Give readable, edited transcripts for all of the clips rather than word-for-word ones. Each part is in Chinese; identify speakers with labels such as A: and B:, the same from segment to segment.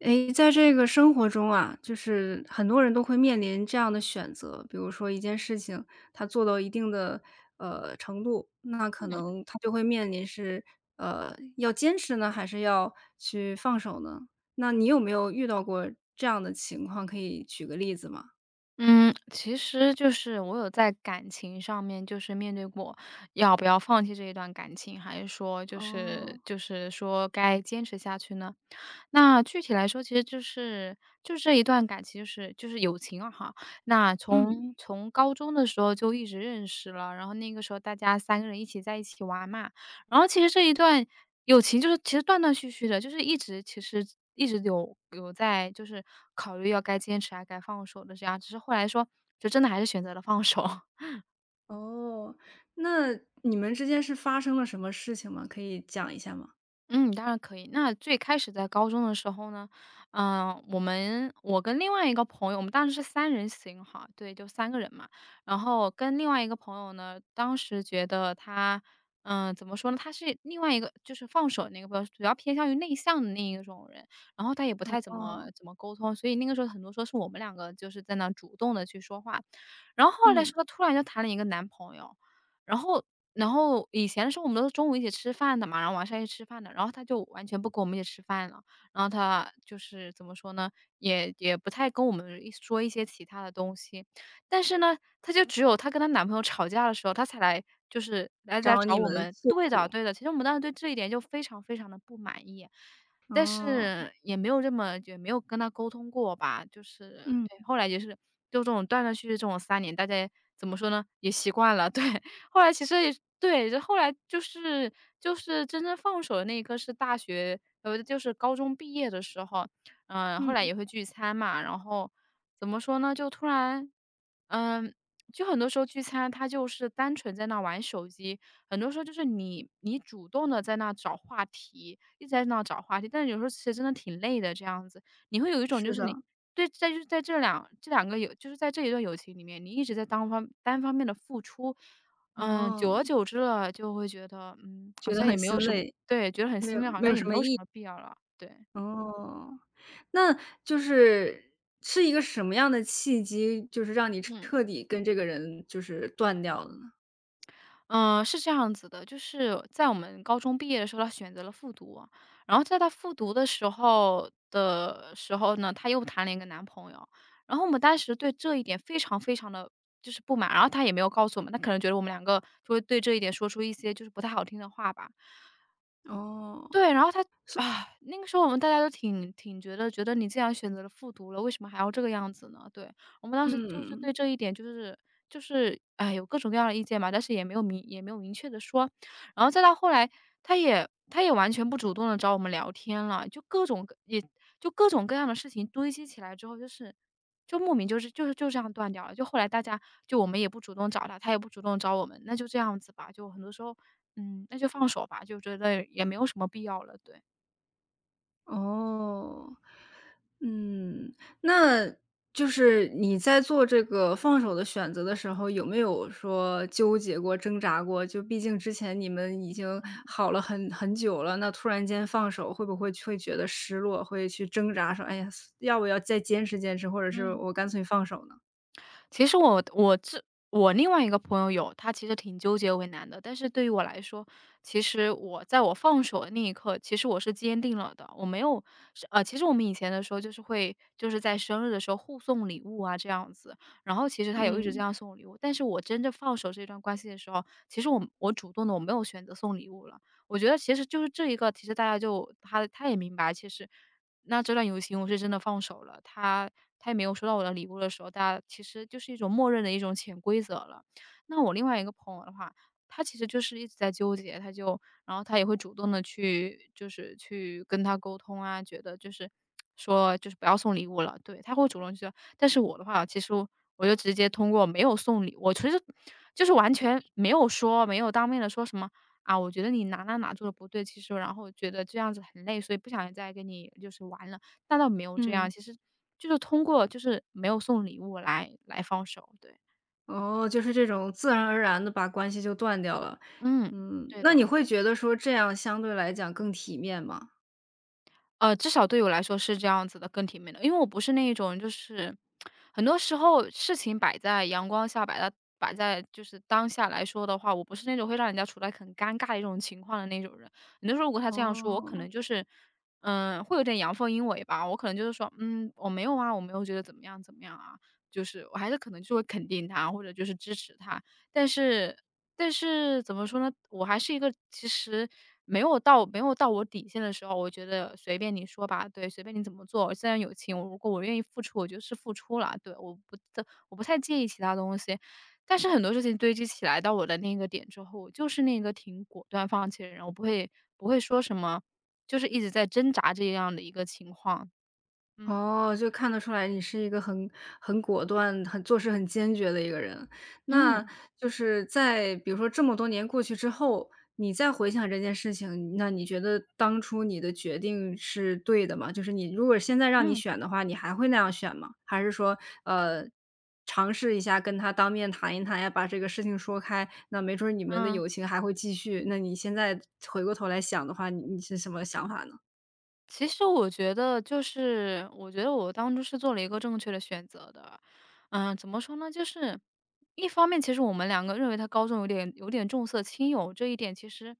A: 诶，在这个生活中啊，就是很多人都会面临这样的选择，比如说一件事情，他做到一定的程度，那可能他就会面临是要坚持呢，还是要去放手呢？那你有没有遇到过这样的情况？可以举个例子吗？
B: 嗯，其实就是我有在感情上面，就是面对过要不要放弃这一段感情，还是说就
A: 哦。
B: 是就是说该坚持下去呢？那具体来说，其实就是这一段感情就是友情啊哈。那
A: 嗯。
B: 从高中的时候就一直认识了，然后那个时候大家三个人一起在一起玩嘛。然后其实这一段友情就是其实断断续续的，就是一直其实一直有在就是考虑要该坚持还该放手的这样，只是后来说就真的还是选择了放手。
A: 哦。那你们之间是发生了什么事情吗？可以讲一下吗？
B: 嗯，当然可以。那最开始在高中的时候呢，我跟另外一个朋友，我们当时是三人行哈，对，就三个人嘛。然后跟另外一个朋友呢，当时觉得他，怎么说呢？他是另外一个就是放手那个比较，主要偏向于内向的那一种人，然后他也不太怎么
A: 哦。
B: 怎么沟通，所以那个时候很多时候是我们两个就是在那主动的去说话。然后后来是
A: 嗯。
B: 他突然就谈了一个男朋友，然后然后以前的时候我们都是中午一起吃饭的嘛，然后晚上一起吃饭的，然后他就完全不跟我们一起吃饭了。然后他就是怎么说呢，也不太跟我们一说一些其他的东西。但是呢，她就只有她跟她男朋友吵架的时候，她才来就是来
A: 找
B: 找
A: 你
B: 我
A: 们
B: 们。
A: 诉
B: 对的，
A: 苦。
B: 对的，其实我们当时对这一点就非常非常的不满意，但
A: 哦。
B: 是也没有跟她沟通过吧，就是
A: 嗯
B: 对，后来也是就这种断断续续这种三年，大家怎么说呢，也习惯了，对。后来其实也对，就后来就是真正放手的那一刻是大学，就是高中毕业的时候，后来
A: 嗯。
B: 也会聚餐嘛，然后怎么说呢，就突然，嗯、就很多时候聚餐，他就是单纯在那玩手机，很多时候就是你主动的在那找话题，一直在那找话题，但是有时候其实真的挺累的，这样子，你会有一种就
A: 是
B: 是你
A: 的。
B: 对，在就是在这两这两个友，就是在这一段友情里面，你一直在单方面的付出，
A: 哦。
B: 久而久之了，就会觉得，好
A: 觉得
B: 像也
A: 很
B: 没有
A: 心
B: 什么
A: 累。
B: 对，觉得很
A: 没有
B: 心累，好
A: 没
B: 像
A: 有
B: 也
A: 什
B: 没
A: 么
B: 有什
A: 意义。
B: 么必要了。对，
A: 哦。那就是是一个什么样的契机，就是让你
B: 嗯
A: 彻底跟这个人就是断掉了呢？
B: 嗯，是这样子的，就是在我们高中毕业的时候，他选择了复读啊，然后在他复读的时候呢，她又谈了一个男朋友，然后我们当时对这一点非常非常的就是不满，然后她也没有告诉我们，她可能觉得我们两个就会对这一点说出一些就是不太好听的话吧。
A: 哦。
B: 对，然后他啊，那个时候我们大家都挺觉得你既然选择了复读了，为什么还要这个样子呢？对，我们当时就是对
A: 嗯。
B: 这一点就是哎，有各种各样的意见嘛，但是也没有明确的说。然后再到后来，他也完全不主动的找我们聊天了，就各种各也就各种各样的事情堆积起来之后，就是就莫名就这样断掉了。就后来大家就我们也不主动找他，他也不主动找我们，那就这样子吧。就很多时候那就放手吧，就觉得也没有什么必要了，对。
A: 哦。嗯，那就是你在做这个放手的选择的时候，有没有说纠结过、挣扎过？就毕竟之前你们已经好了很久了，那突然间放手，会不会觉得失落，会去挣扎说："哎呀，要不要再坚持坚持，或者是
B: 嗯。
A: 我干脆放手呢？"
B: 其实我另外一个朋友有，他其实挺纠结为难的，但是对于我来说，其实我在我放手的那一刻，其实我是坚定了的，我没有是其实我们以前的时候就是会就是在生日的时候互送礼物啊这样子，然后其实他有一直这
A: 嗯
B: 样送我礼物，但是我真正放手这段关系的时候，其实我主动的我没有选择送礼物了。我觉得其实就是这一个，其实大家就他也明白，其实那这段友情我是真的放手了，他也没有收到我的礼物的时候，大家其实就是一种默认的一种潜规则了。那我另外一个朋友的话，他其实就是一直在纠结，然后他也会主动的去就是去跟他沟通啊，觉得就是说就是不要送礼物了，对，他会主动去说。但是我的话，其实我就直接通过没有送礼我其实就是完全没有说，没有当面的说什么啊，我觉得你哪哪哪做的不对，其实然后我觉得这样子很累，所以不想再跟你就是玩了，那倒没有这样，
A: 嗯。
B: 其实就是通过就是没有送礼物来放手，对，
A: 哦，就是这种自然而然的把关系就断掉了。
B: 嗯，
A: 嗯，
B: 对
A: 那你
B: 的。
A: 会觉得说这样相对来讲更体面吗？
B: 至少对我来说是这样子的，更体面的。因为我不是那一种就是很多时候事情摆在阳光下，摆在就是当下来说的话，我不是那种会让人家处在很尴尬的一种情况的那种人。很多时候如果他这样说，我可能
A: 哦。
B: 就是会有点阳奉阴违吧，我可能就是说，我没有啊，我没有觉得怎么样怎么样啊，就是我还是可能就会肯定他或者就是支持他，但是但是怎么说呢，我还是一个其实没有到我底线的时候，我觉得随便你说吧，对，随便你怎么做，既然有情，如果我愿意付出，我就是付出了，对，我不太介意其他东西。但是很多事情堆积起来到我的那个点之后，我就是那个挺果断放弃的人，我不会说什么，就是一直在挣扎这样的一个情况。嗯
A: 哦，就看得出来你是一个很果断、很做事很坚决的一个人。那
B: 嗯
A: 就是在比如说这么多年过去之后，你再回想这件事情，那你觉得当初你的决定是对的吗？就是你如果现在让你
B: 嗯
A: 选的话，你还会那样选吗？还是说，呃，尝试一下跟他当面谈一谈呀，把这个事情说开，那没准儿你们的
B: 嗯。
A: 友情还会继续。那你现在回过头来想的话，你你是什么想法呢？
B: 其实我觉得就是，我觉得我当初是做了一个正确的选择的。嗯，怎么说呢？就是一方面，其实我们两个认为他高中有点重色轻友这一点，其实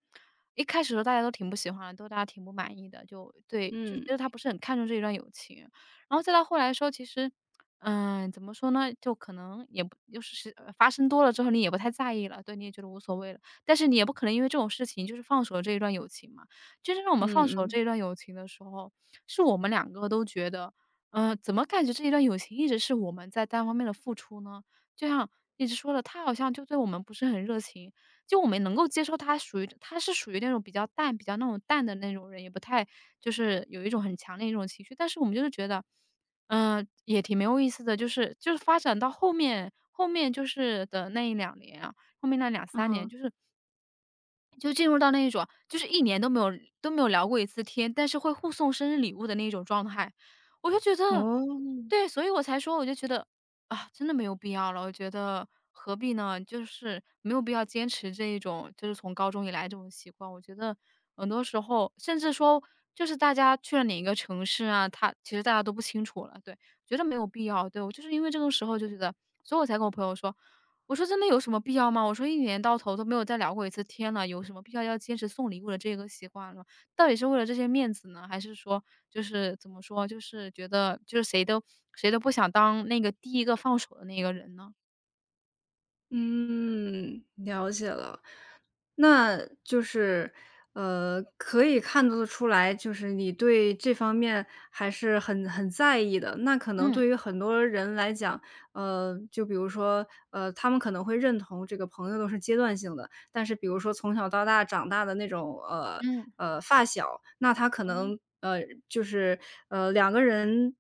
B: 一开始的时候大家都挺不喜欢的，大家挺不满意的，就对，就觉得
A: 嗯
B: 他不是很看重这一段友情。然后再到后来的时候，其实，怎么说呢？就可能也不就是是发生多了之后，你也不太在意了，对，你也觉得无所谓了。但是你也不可能因为这种事情就是放手了这一段友情嘛。就是让我们
A: 嗯
B: 放手这
A: 嗯
B: 一段友情的时候，是我们两个都觉得，怎么感觉这一段友情一直是我们在单方面的付出呢？就像一直说的，他好像就对我们不是很热情，就我们能够接受他属于他是属于那种比较淡、比较那种淡的那种人，也不太就是有一种很强烈一种情绪，但是我们就是觉得，也挺没有意思的，就是发展到后面，后面就是的那一两年啊，后面那两三年，
A: 嗯。
B: 就进入到那一种，就是一年都没有聊过一次天，但是会互送生日礼物的那种状态。我就觉得
A: 哦。
B: 对，所以我才说我就觉得，啊，真的没有必要了，我觉得何必呢？就是没有必要坚持这一种就是从高中以来这种习惯。我觉得很多时候，甚至说就是大家去了哪一个城市啊，他其实大家都不清楚了，对，觉得没有必要。对，我就是因为这个时候就觉得所以我才跟我朋友说，我说：“真的有什么必要吗？我说一年到头都没有再聊过一次天了，有什么必要要坚持送礼物的这个习惯了？到底是为了这些面子呢，还是说就是怎么说，就是觉得就是谁都不想当那个第一个放手的那个人呢？”
A: 嗯，了解了。那就是，可以看得出来，就是你对这方面还是很在意的。那可能
B: 嗯，
A: 对于很多人来讲，就比如说，他们可能会认同这个朋友都是阶段性的，但是比如说从小到大长大的那种，
B: 嗯，
A: 发小，那他可
B: 嗯，
A: 能，就是，两个人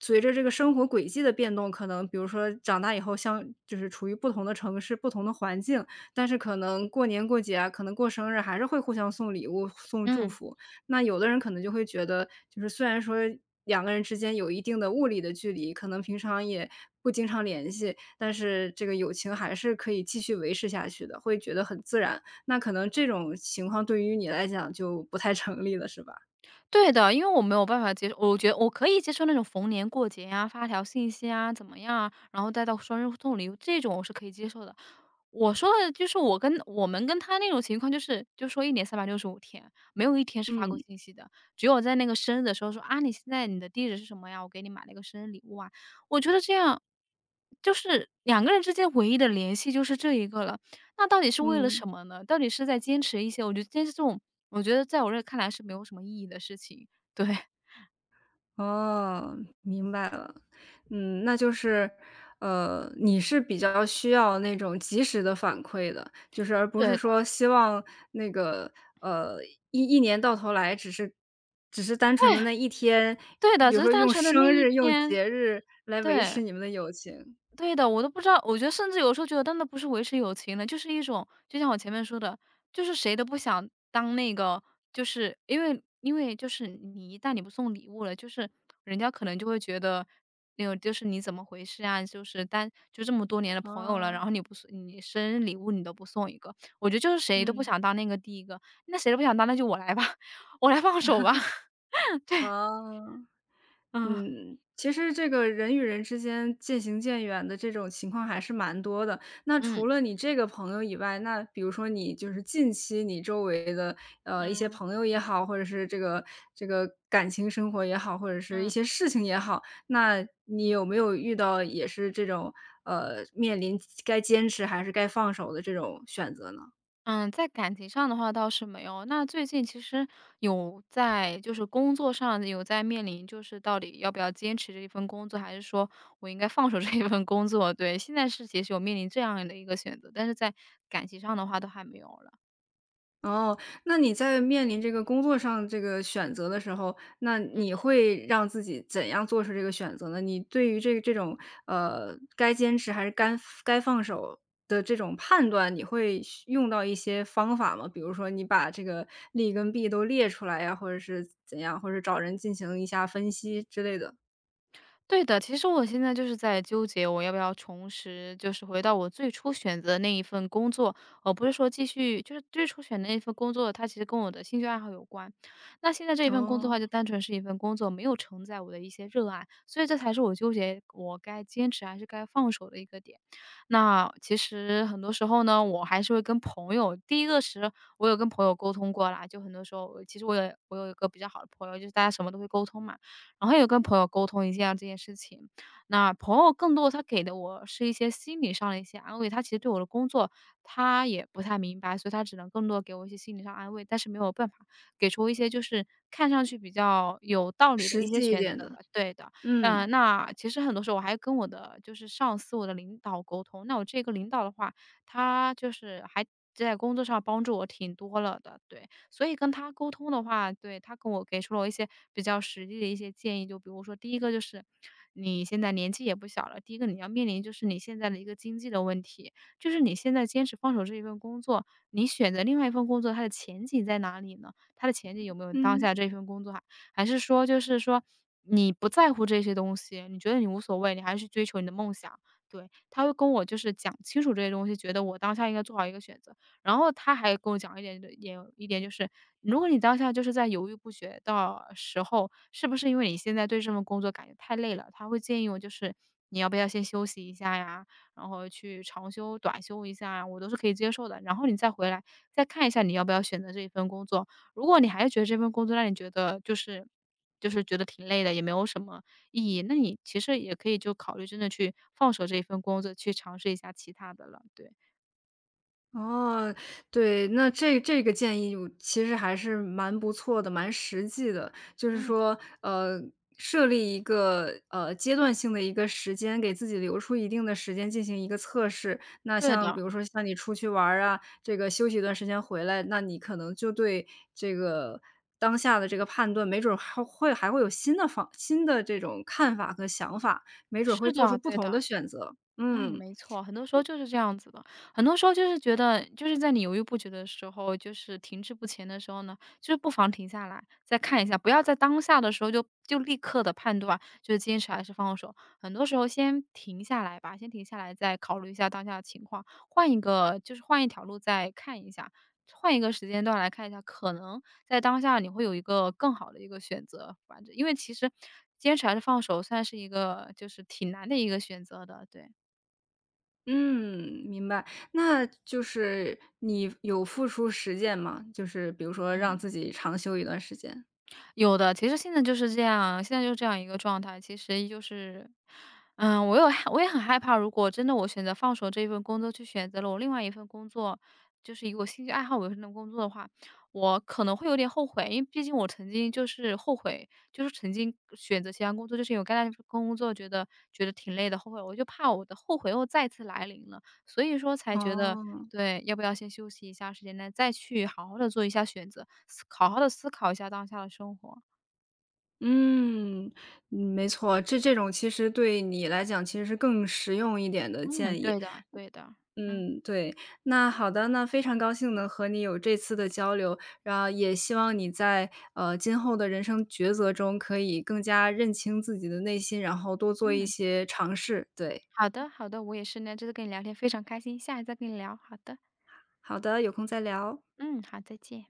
A: 随着这个生活轨迹的变动，可能比如说长大以后就是处于不同的城市、不同的环境，但是可能过年过节啊，可能过生日还是会互相送礼物、送祝
B: 嗯，
A: 福。那有的人可能就会觉得，就是虽然说两个人之间有一定的物理的距离，可能平常也不经常联系，但是这个友情还是可以继续维持下去的，会觉得很自然。那可能这种情况对于你来讲就不太成立了，是吧？
B: 对的，因为我没有办法接受，我觉得我可以接受那种逢年过节呀，发条信息啊，怎么样啊，然后再到生日送礼物这种我是可以接受的。我说的就是我跟我们跟他那种情况，就是就说一年三百六十五天，没有一天是发过
A: 嗯
B: 信息的。只有在那个生日的时候说：“啊，你现在你的地址是什么呀？我给你买了一个生日礼物啊。”我觉得这样，就是两个人之间唯一的联系就是这一个了。那到底是为了
A: 嗯。
B: 什么呢？到底是在坚持一些我觉得坚持这种我觉得在我这看来是没有什么意义的事情。对，
A: 哦，明白了。嗯，那就是，你是比较需要那种及时的反馈的，就是而不
B: 对
A: 是
B: 的，
A: 说希望那个，呃，一年到头来只是单纯的那一天，
B: 对的，
A: 比如
B: 只是
A: 说
B: 单
A: 用
B: 纯的那
A: 生
B: 一
A: 日、用
B: 天，
A: 节日来维持
B: 对。
A: 你们的友情。
B: 对的，我都不知道，我觉得甚至有时候觉得，真的不是维持友情了，就是一种，就像我前面说的，就是谁都不想当那个，就是因为就是你一旦你不送礼物了，就是人家可能就会觉得，那个就是你怎么回事啊？就是但就这么多年的朋友了，然
A: 哦。
B: 后你不送你生日礼物你都不送一个，我觉得就是谁都不
A: 嗯。
B: 想当那个第一个，那谁都不想当，那就我来吧，我来放手吧，
A: 哦。
B: 嗯
A: 嗯，其实这个人与人之间渐行渐远的这种情况还是蛮多的。那
B: 嗯
A: 除了你这个朋友以外，那比如说你就是近期你周围的一些
B: 嗯
A: 朋友也好，或者是这个感情生活也好，或者是一
B: 嗯。
A: 些事情也好，那你有没有遇到也是这种面临该坚持还是该放手的这种选择呢？
B: 嗯，在感情上的话倒是没有。那最近其实有在就是工作上有在面临，就是到底要不要坚持这一份工作，还是说我应该放手这一份工作？对，现在是其实有面临这样的一个选择，但是在感情上的话都还没有了。
A: 哦，那你在面临这个工作上这个选择的时候，那
B: 嗯。
A: 你会让自己怎样做出这个选择呢？你对于这这种，该坚持还是该放手的这种判断，你会需用到一些方法吗？比如说你把这个利跟弊都列出来呀，或者是怎样，或者找人进行一下分析之类的。
B: 对的，其实我现在就是在纠结，我要不要重拾，就是回到我最初选择的那一份工作，而不是说继续，就是最初选的那一份工作，它其实跟我的兴趣爱好有关。那现在这一份工作的话，
A: 哦，
B: 就单纯是一份工作，没有承载我的一些热爱，所以这才是我纠结我该坚持还是该放手的一个点。那其实很多时候呢，我还是会跟朋友，第一个是我有跟朋友沟通过啦，就很多时候，其实我有，我有一个比较好的朋友，就是大家什么都会沟通嘛。然后有跟朋友沟通一下这件事情。那朋友更多他给的我是一些心理上的一些安慰，他其实对我的工作他也不太明白，所以他只能更多地给我一些心理上安慰，但是没有办法给出一些就是看上去比较有道理的
A: 实
B: 一些
A: 际一
B: 选
A: 点
B: 择吧。
A: 的。
B: 对的，
A: 嗯。
B: 那其实很多时候我还跟我的就是上司、我的领导沟通。那我这个领导的话，他就是还在工作上帮助我挺多了的，对。所以跟他沟通的话，对，他跟我给出了一些比较实际的一些建议，就比如说第一个就是你现在年纪也不小了，第一个你要面临就是你现在的一个经济的问题，就是你现在坚持放手这一份工作，你选择另外一份工作，它的前景在哪里呢？它的前景有没有当
A: 嗯。
B: 下这份工作还还是说就是说你不在乎这些东西，你觉得你无所谓，你还是追求你的梦想？对，他会跟我就是讲清楚这些东西，觉得我当下应该做好一个选择。然后他还跟我讲一点的也有一点就是，如果你当下就是在犹豫不决的时候，是不是因为你现在对这份工作感觉太累了？他会建议我就是你要不要先休息一下呀，然后去长休、短休一下呀，我都是可以接受的。然后你再回来再看一下你要不要选择这一份工作。如果你还是觉得这份工作让你觉得就是觉得挺累的，也没有什么意义，那你其实也可以就考虑真的去放手这一份工作，去尝试一下其他的了。对，
A: 哦，对，那这这个建议我其实还是蛮不错的，蛮实际的。就是
B: 嗯，
A: 说，设立一个阶段性的一个时间，给自己留出一定的时间进行一个测试。那
B: 对
A: 像
B: 的，
A: 比如说像你出去玩儿啊，这个休息一段时间回来，那你可能就对这个当下的这个判断，没准儿还会有新的这种看法和想法，没准儿
B: 是
A: 会做出
B: 的，
A: 不
B: 对
A: 同
B: 的。
A: 的选择。
B: 嗯，
A: 嗯。
B: 没错，很多时候就是这样子的。很多时候就是觉得，就是在你犹豫不决的时候，就是停滞不前的时候呢，就是不妨停下来再看一下，不要在当下的时候就立刻的判断，就是坚持还是放手。很多时候先停下来吧，先停下来再考虑一下当下的情况，换一个就是换一条路再看一下，换一个时间段来看一下，可能在当下你会有一个更好的一个选择。反正因为其实坚持还是放手，算是一个就是挺难的一个选择的，对。
A: 嗯，明白。那就是你有付出实践吗？就是比如说让
B: 嗯，
A: 自己长休一段时间。
B: 有的，其实现在就是这样，现在就是这样一个状态。其实就是，嗯，我也很害怕，如果真的我选择放手这一份工作，去选择了我另外一份工作，就是以我兴趣爱好为生的工作的话，我可能会有点后悔，因为毕竟我曾经就是后悔，就是曾经选择其他工作，就是有干那份工作，觉得挺累的，后悔，我就怕我的后悔又再次来临了，所以说才觉得
A: 哦。
B: 对，要不要先休息一下时间呢，再去好好的做一下选择，好好的思考一下当下的生活。
A: 嗯。没错，这这种其实对你来讲其实是更实用一点的
B: 嗯，
A: 建议。
B: 对的对的，嗯
A: 嗯，对。那好的，那非常高兴能和你有这次的交流，然后也希望你在今后的人生抉择中可以更加认清自己的内心，然后多做一
B: 嗯，
A: 些尝试。对，
B: 好的好的，我也是呢，这次跟你聊天非常开心，下一次再跟你聊，好的，
A: 好的，有空再聊。
B: 嗯，好，再见。